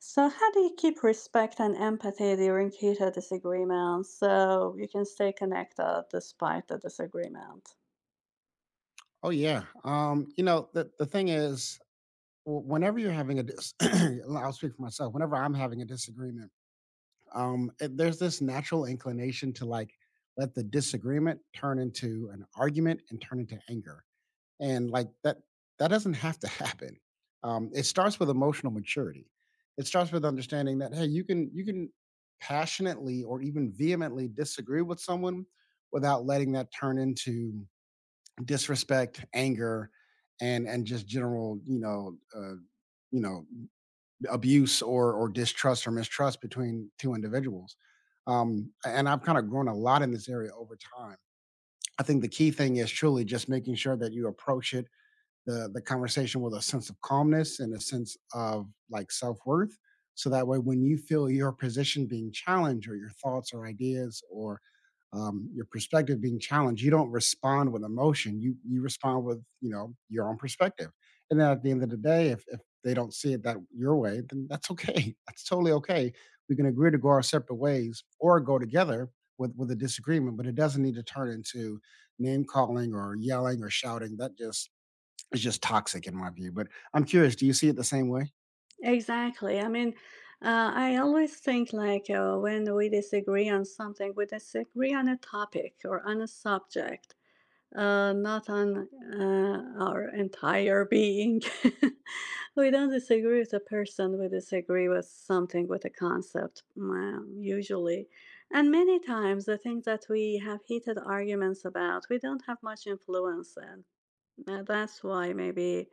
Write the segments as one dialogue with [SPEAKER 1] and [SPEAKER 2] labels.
[SPEAKER 1] So, how do you keep respect and empathy during heated disagreements so you can stay connected despite the disagreement?
[SPEAKER 2] Oh yeah. The thing is whenever you're having a dis I'll speak for myself. Whenever I'm having a disagreement, there's this natural inclination to like let the disagreement turn into an argument and turn into anger. And that doesn't have to happen. It starts with emotional maturity. It starts with understanding that hey, you can passionately or even vehemently disagree with someone without letting that turn into disrespect, anger, and just general, you know, abuse or distrust or mistrust between two individuals. And I've kind of grown a lot in this area over time. I think the key thing is truly just making sure that you approach it the conversation with a sense of calmness and a sense of like self-worth, so that way when you feel your position being challenged or your thoughts or ideas or your perspective being challenged, you don't respond with emotion. You respond with your own perspective, and then at the end of the day, if they don't see it that your way, then that's okay. That's totally okay. We can agree to go our separate ways or go together with a disagreement, but it doesn't need to turn into name calling or yelling or shouting. That just, it's just toxic in my view. But I'm curious, do you see it the same way?
[SPEAKER 1] Exactly. I always think like when we disagree on something, we disagree on a topic or on a subject. Not on our entire being. We don't disagree with a person, we disagree with something, with a concept, usually. And many times, the things that we have heated arguments about, we don't have much influence in. That's why maybe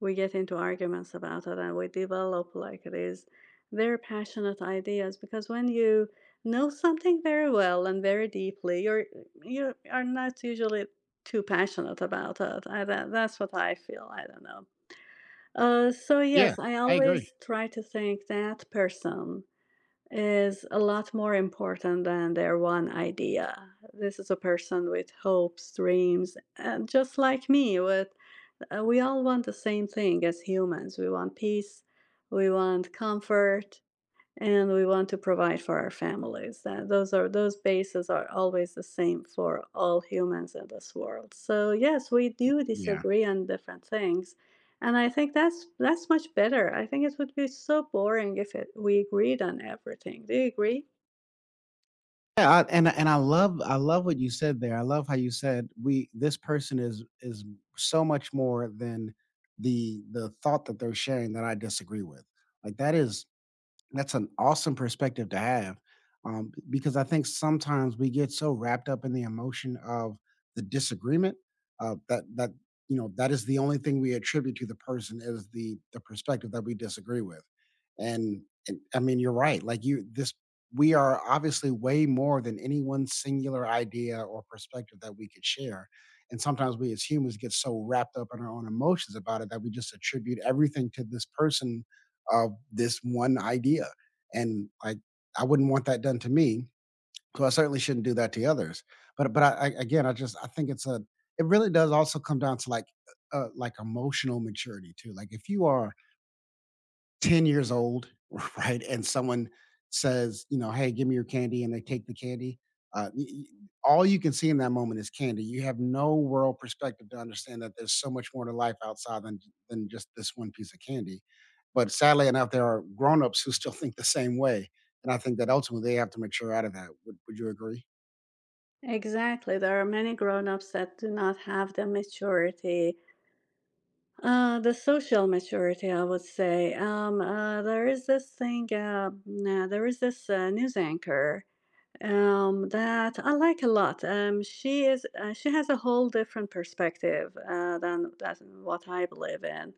[SPEAKER 1] we get into arguments about it, and we develop like these very passionate ideas, because when you know something very well and very deeply you are not usually too passionate about it. That's what I feel. I don't know. So
[SPEAKER 2] Yeah,
[SPEAKER 1] yes, I
[SPEAKER 2] I agree.
[SPEAKER 1] always try to think that person is a lot more important than their one idea. This is a person with hopes, dreams, and just like me. With We all want the same thing as humans. We want peace, we want comfort, and we want to provide for our families. That those are those bases are always the same for all humans in this world. So yes, we do
[SPEAKER 2] Yeah.
[SPEAKER 1] disagree on different things, and I think that's much better. I think it would be so boring if we agreed on everything. Do you agree?
[SPEAKER 2] Yeah, I and I love what you said there. I love how you said we, this person is so much more than the thought that they're sharing that I disagree with. Like that is That's an awesome perspective to have, because I think sometimes we get so wrapped up in the emotion of the disagreement, uh, that that, that is the only thing we attribute to the person, is the perspective that we disagree with. And I mean, you're right. like, you this We are obviously way more than any one singular idea or perspective that we could share, and sometimes we as humans get so wrapped up in our own emotions about it that we just attribute everything to this person of this one idea. And I wouldn't want that done to me, so I certainly shouldn't do that to others. But I again, I just I think it's a, it really does also come down to like emotional maturity too. Like if you are 10 years old, right? And someone says, you know, hey, give me your candy, and they take the candy. Uh, y- y- all you can see in that moment is candy. You have no world perspective to understand that there's so much more to life outside than just this one piece of candy. But sadly enough, there are grown-ups who still think the same way, and I think that ultimately they have to mature out of that. Would you agree?
[SPEAKER 1] Exactly. There are many grown-ups that do not have the maturity. The social maturity, I would say. There is this thing, there is this news anchor that I like a lot. She is, she has a whole different perspective than what I believe in,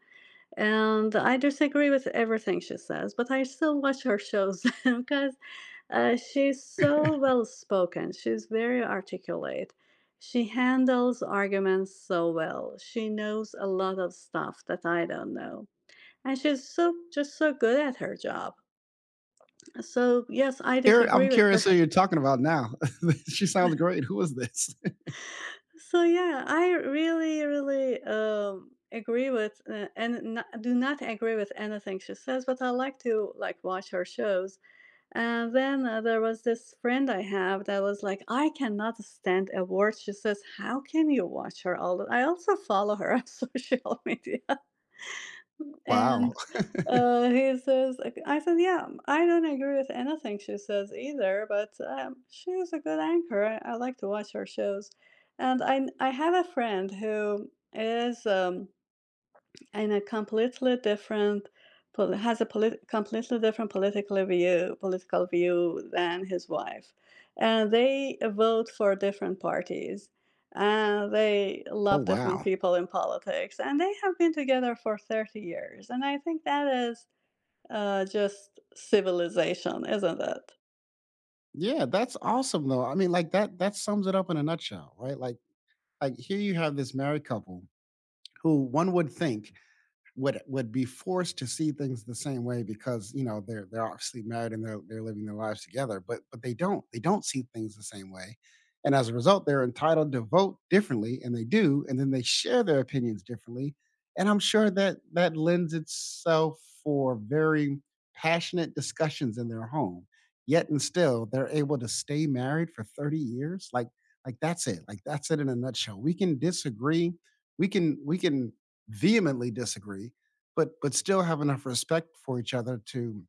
[SPEAKER 1] and I disagree with everything she says, but I still watch her shows because she's so well spoken. She's very articulate. She handles arguments so well. She knows a lot of stuff that I don't know. And she's just so good at her job. So yes, I
[SPEAKER 2] Here, I'm
[SPEAKER 1] disagree with
[SPEAKER 2] curious
[SPEAKER 1] her.
[SPEAKER 2] who you're talking about now. She sounds great. Who is this?
[SPEAKER 1] So yeah, I really, really agree with and n do not agree with anything she says, but I like to like watch her shows. And then there was this friend I have that was like, I cannot stand awards. She says, how can you watch her all the, I also follow her on social media.
[SPEAKER 2] Wow.
[SPEAKER 1] And he says, like, I said, yeah, I don't agree with anything she says either, but she is a good anchor. I like to watch her shows. And I have a friend who is. In a completely different completely different political view than his wife, and they vote for different parties, and they
[SPEAKER 2] Oh
[SPEAKER 1] love different
[SPEAKER 2] wow.
[SPEAKER 1] people in politics, and they have been together for 30 years, and I think that is just civilization, isn't it?
[SPEAKER 2] Yeah, that's awesome though. I mean, like that sums it up in a nutshell, right? Like here you have this married couple who one would think would be forced to see things the same way because you know they're obviously married and they're living their lives together, but they don't see things the same way. And as a result, they're entitled to vote differently, and they do, and then they share their opinions differently, and I'm sure that lends itself for very passionate discussions in their home. Yet and still they're able to stay married for 30 years. Like that's it, like that's it in a nutshell. We can disagree, we can vehemently disagree, but still have enough respect for each other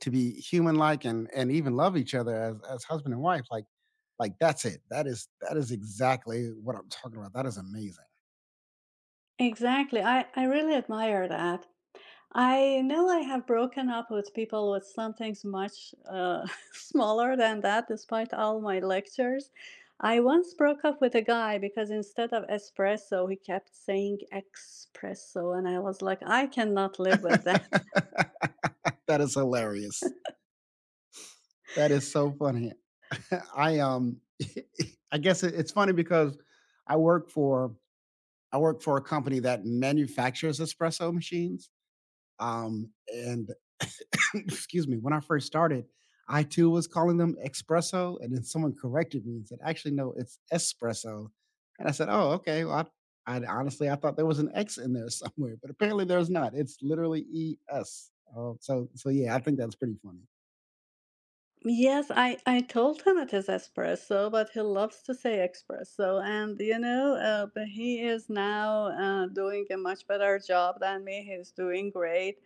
[SPEAKER 2] to be human like, and even love each other as husband and wife. Like that's it. That is exactly what I'm talking about. That is amazing.
[SPEAKER 1] Exactly. I really admire that. I know I have broken up with people with something much smaller than that, despite all my lectures. I once broke up with a guy because instead of espresso, he kept saying expresso, and I was like, I cannot live with that.
[SPEAKER 2] That is hilarious. That is so funny. I I guess it's funny because I work for I work for a company that manufactures espresso machines. And Excuse me, when I first started, I too was calling them espresso, and then someone corrected me and said, "Actually, no, it's espresso." And I said, "Oh, okay. Well, I honestly I thought there was an X in there somewhere, but apparently there's not. It's literally E S." Oh, so yeah, I think that's pretty funny.
[SPEAKER 1] Yes, I told him it is espresso, but he loves to say espresso, and but he is now doing a much better job than me. He's doing great,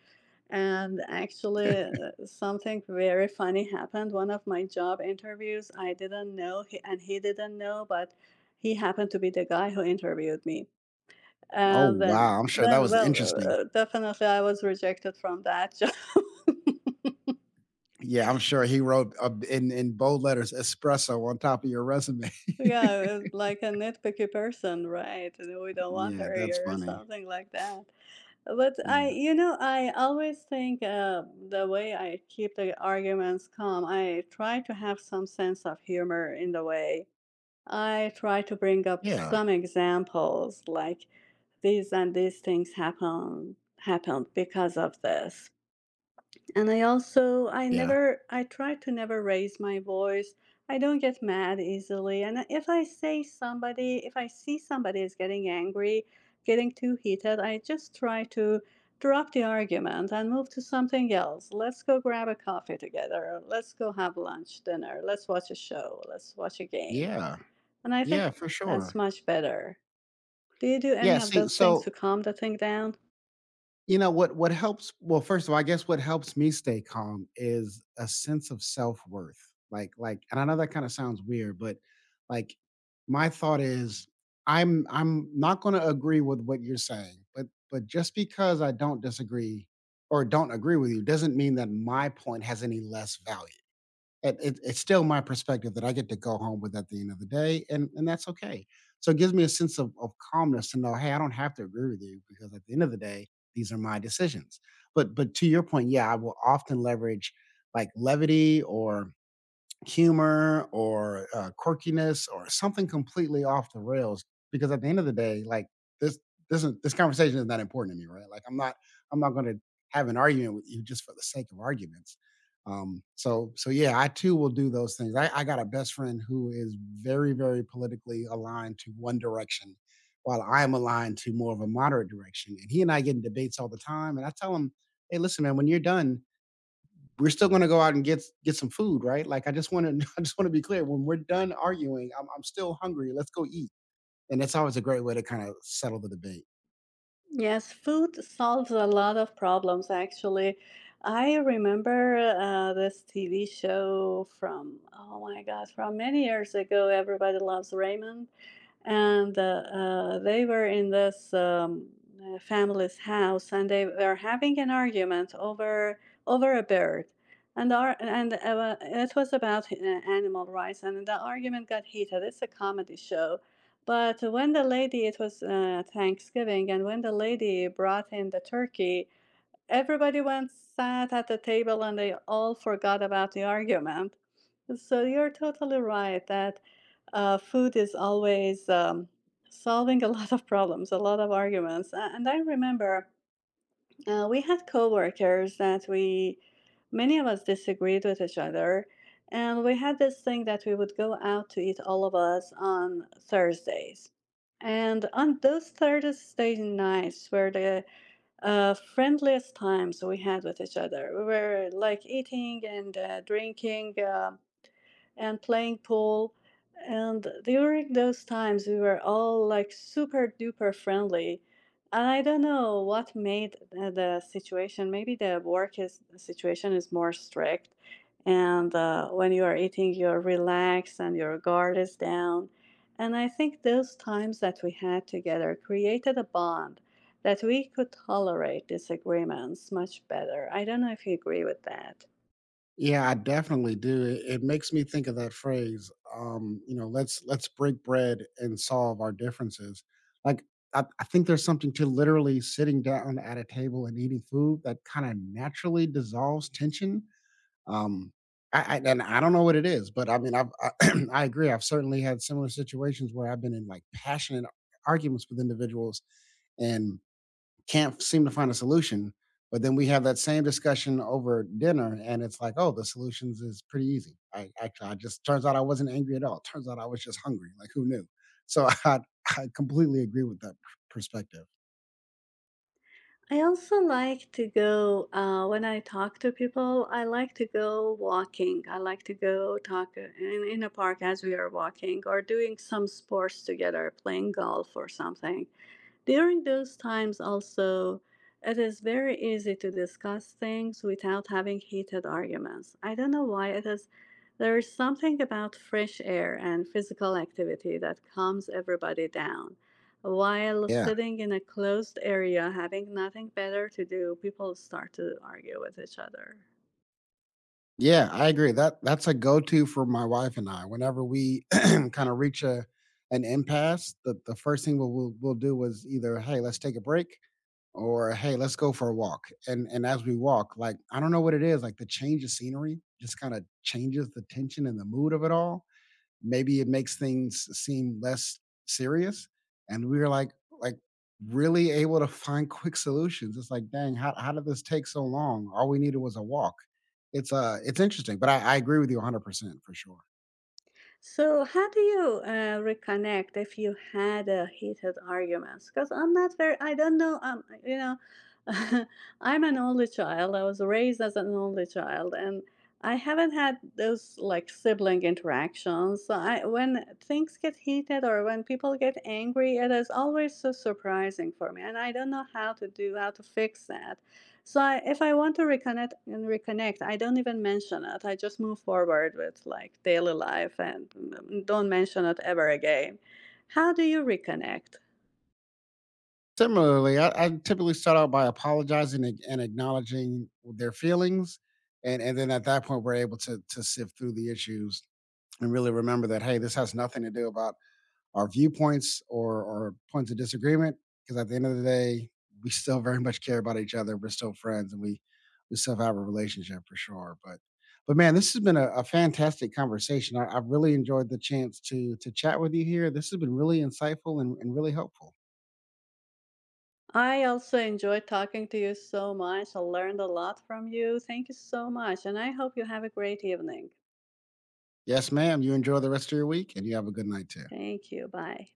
[SPEAKER 1] and actually, something very funny happened. One of my job interviews, I didn't know, he, and he didn't know, but he happened to be the guy who interviewed me.
[SPEAKER 2] Oh
[SPEAKER 1] And
[SPEAKER 2] wow, I'm sure that
[SPEAKER 1] then,
[SPEAKER 2] was interesting.
[SPEAKER 1] definitely, I was rejected from that job.
[SPEAKER 2] Yeah, I'm sure he wrote in bold letters espresso on top of your resume.
[SPEAKER 1] Yeah, it's like a nitpicky person, right? and We don't want
[SPEAKER 2] Yeah,
[SPEAKER 1] her
[SPEAKER 2] that's
[SPEAKER 1] here, or
[SPEAKER 2] funny.
[SPEAKER 1] something like that.
[SPEAKER 2] Yeah,
[SPEAKER 1] You know, I always think the way I keep the arguments calm, I try to have some sense of humor in the way. I try to bring up
[SPEAKER 2] yeah,
[SPEAKER 1] some examples like these, and these things happened because of this. And I also, I
[SPEAKER 2] yeah,
[SPEAKER 1] never, I try to never raise my voice. I don't get mad easily. And if I say somebody, If I see somebody is getting angry, getting too heated, I just try to drop the argument and move to something else. Let's go grab a coffee together. Let's go have lunch, dinner. Let's watch a show. Let's watch a game.
[SPEAKER 2] yeah,
[SPEAKER 1] And I think
[SPEAKER 2] yeah, for
[SPEAKER 1] that's
[SPEAKER 2] sure.
[SPEAKER 1] much better. Do you do
[SPEAKER 2] Yeah,
[SPEAKER 1] any of
[SPEAKER 2] see,
[SPEAKER 1] those things to
[SPEAKER 2] so
[SPEAKER 1] calm the thing down?
[SPEAKER 2] what helps, well, first of all, I guess what helps me stay calm is a sense of self-worth. Like and I know that kinda sounds weird, but, like, my thought is I'm not gonna agree with what you're saying, but just because I don't disagree or don't agree with you doesn't mean that my point has any less value. And it's still my perspective that I get to go home with at the end of the day, and that's okay. So it gives me a sense of calmness to know, hey, I don't have to agree with you because at the end of the day, these are my decisions. But to your point, yeah, I will often leverage like levity or humor or quirkiness or something completely off the rails, because at the end of the day, like this this is this conversation is not important to me, right? Like I'm not going to have an argument with you just for the sake of arguments. So yeah, I too will do those things. I got a best friend who is very politically aligned to one direction while I'm aligned to more of a moderate direction, and he and I get in debates all the time, and I tell him, hey, listen, man, when you're done, we're still going to go out and get some food, right? Like I just want to I just want to be clear. When we're done arguing, I'm still hungry. Let's go eat. And that's always a great way to kind of settle the debate.
[SPEAKER 1] Yes, food solves a lot of problems, actually. I remember this TV show from, oh my God, from many years ago. Everybody Loves Raymond. And they were in this family's house, and they were having an argument over a bird. And our, and Well, it was about animal rights, and the argument got heated. It's a comedy show, but when the lady, it was thanksgiving, and when the lady brought in the turkey, everybody went, sat at the table, and they all forgot about the argument. So you're totally right that food is always solving a lot of problems, a lot of arguments. And I remember we had coworkers that we, many of us disagreed with each other. And we had this thing that we would go out to eat, all of us, on Thursdays. And on those Thursday nights where the friendliest times we had with each other. We were like eating and drinking and playing pool. And during those times, we were all like super duper friendly. And I don't know what made the situation. Maybe the work is situation is more strict, and when you are eating, you're relaxed and your guard is down. And I think those times that we had together created a bond that we could tolerate disagreements much better. I don't know if you agree with that.
[SPEAKER 2] Yeah, I definitely do. It makes me think of that phrase. Let's break bread and solve our differences. Like I think there's something to literally sitting down at a table and eating food that kind of naturally dissolves tension. Um, I and I don't know what it is, but I mean, I I agree. I've certainly had similar situations where I've been in like passionate arguments with individuals, and can't seem to find a solution. But then we have that same discussion over dinner, and it's like, oh, the solutions is pretty easy. I actually, I just turns out I wasn't angry at all. Turns out I was just hungry. Like, who knew? So I completely agree with that perspective.
[SPEAKER 1] I also like to go, when I talk to people, I like to go walking. I like to go talk in a park as we are walking, or doing some sports together, playing golf or something. During those times, also, it is very easy to discuss things without having heated arguments. I don't know why it is. There is something about fresh air and physical activity that calms everybody down. While
[SPEAKER 2] Yeah.
[SPEAKER 1] sitting in a closed area, having nothing better to do, people start to argue with each other.
[SPEAKER 2] Yeah, I agree. That's a go-to for my wife and I. Whenever we kind of reach a, an impasse, the first thing we'll do is either, "Hey, let's take a break," or, "Hey, let's go for a walk." And as we walk, like, I don't know what it is, like, the change of scenery just kinda changes the tension and the mood of it all. Maybe it makes things seem less serious. And we were like really able to find quick solutions. It's like, dang, how did this take so long? All we needed was a walk. It's interesting, but I agree with you 100% for sure.
[SPEAKER 1] So, how do you reconnect if you had a heated arguments? Because I'm not very, I don't know, I'm an only child. I was raised as an only child, and I haven't had those like sibling interactions. So, I when things get heated, or when people get angry, it is always so surprising for me, and I don't know how to fix that. If I want to reconnect, I don't even mention it. I just move forward with like daily life, and don't mention it ever again. How do you reconnect?
[SPEAKER 2] Similarly, I typically start out by apologizing and acknowledging their feelings, and then at that point, we're able to sift through the issues and really remember that hey, this has nothing to do about our viewpoints or points of disagreement, because at the end of the day we still very much care about each other. We're still friends, and we still have a relationship for sure. But man, this has been a fantastic conversation. I've really enjoyed the chance to chat with you here. This has been really insightful and really helpful.
[SPEAKER 1] I also enjoyed talking to you so much. I learned a lot from you. Thank you so much. And I hope you have a great evening.
[SPEAKER 2] Yes ma'am, you enjoy the rest of your week, and you have a good night too.
[SPEAKER 1] Thank you. Bye.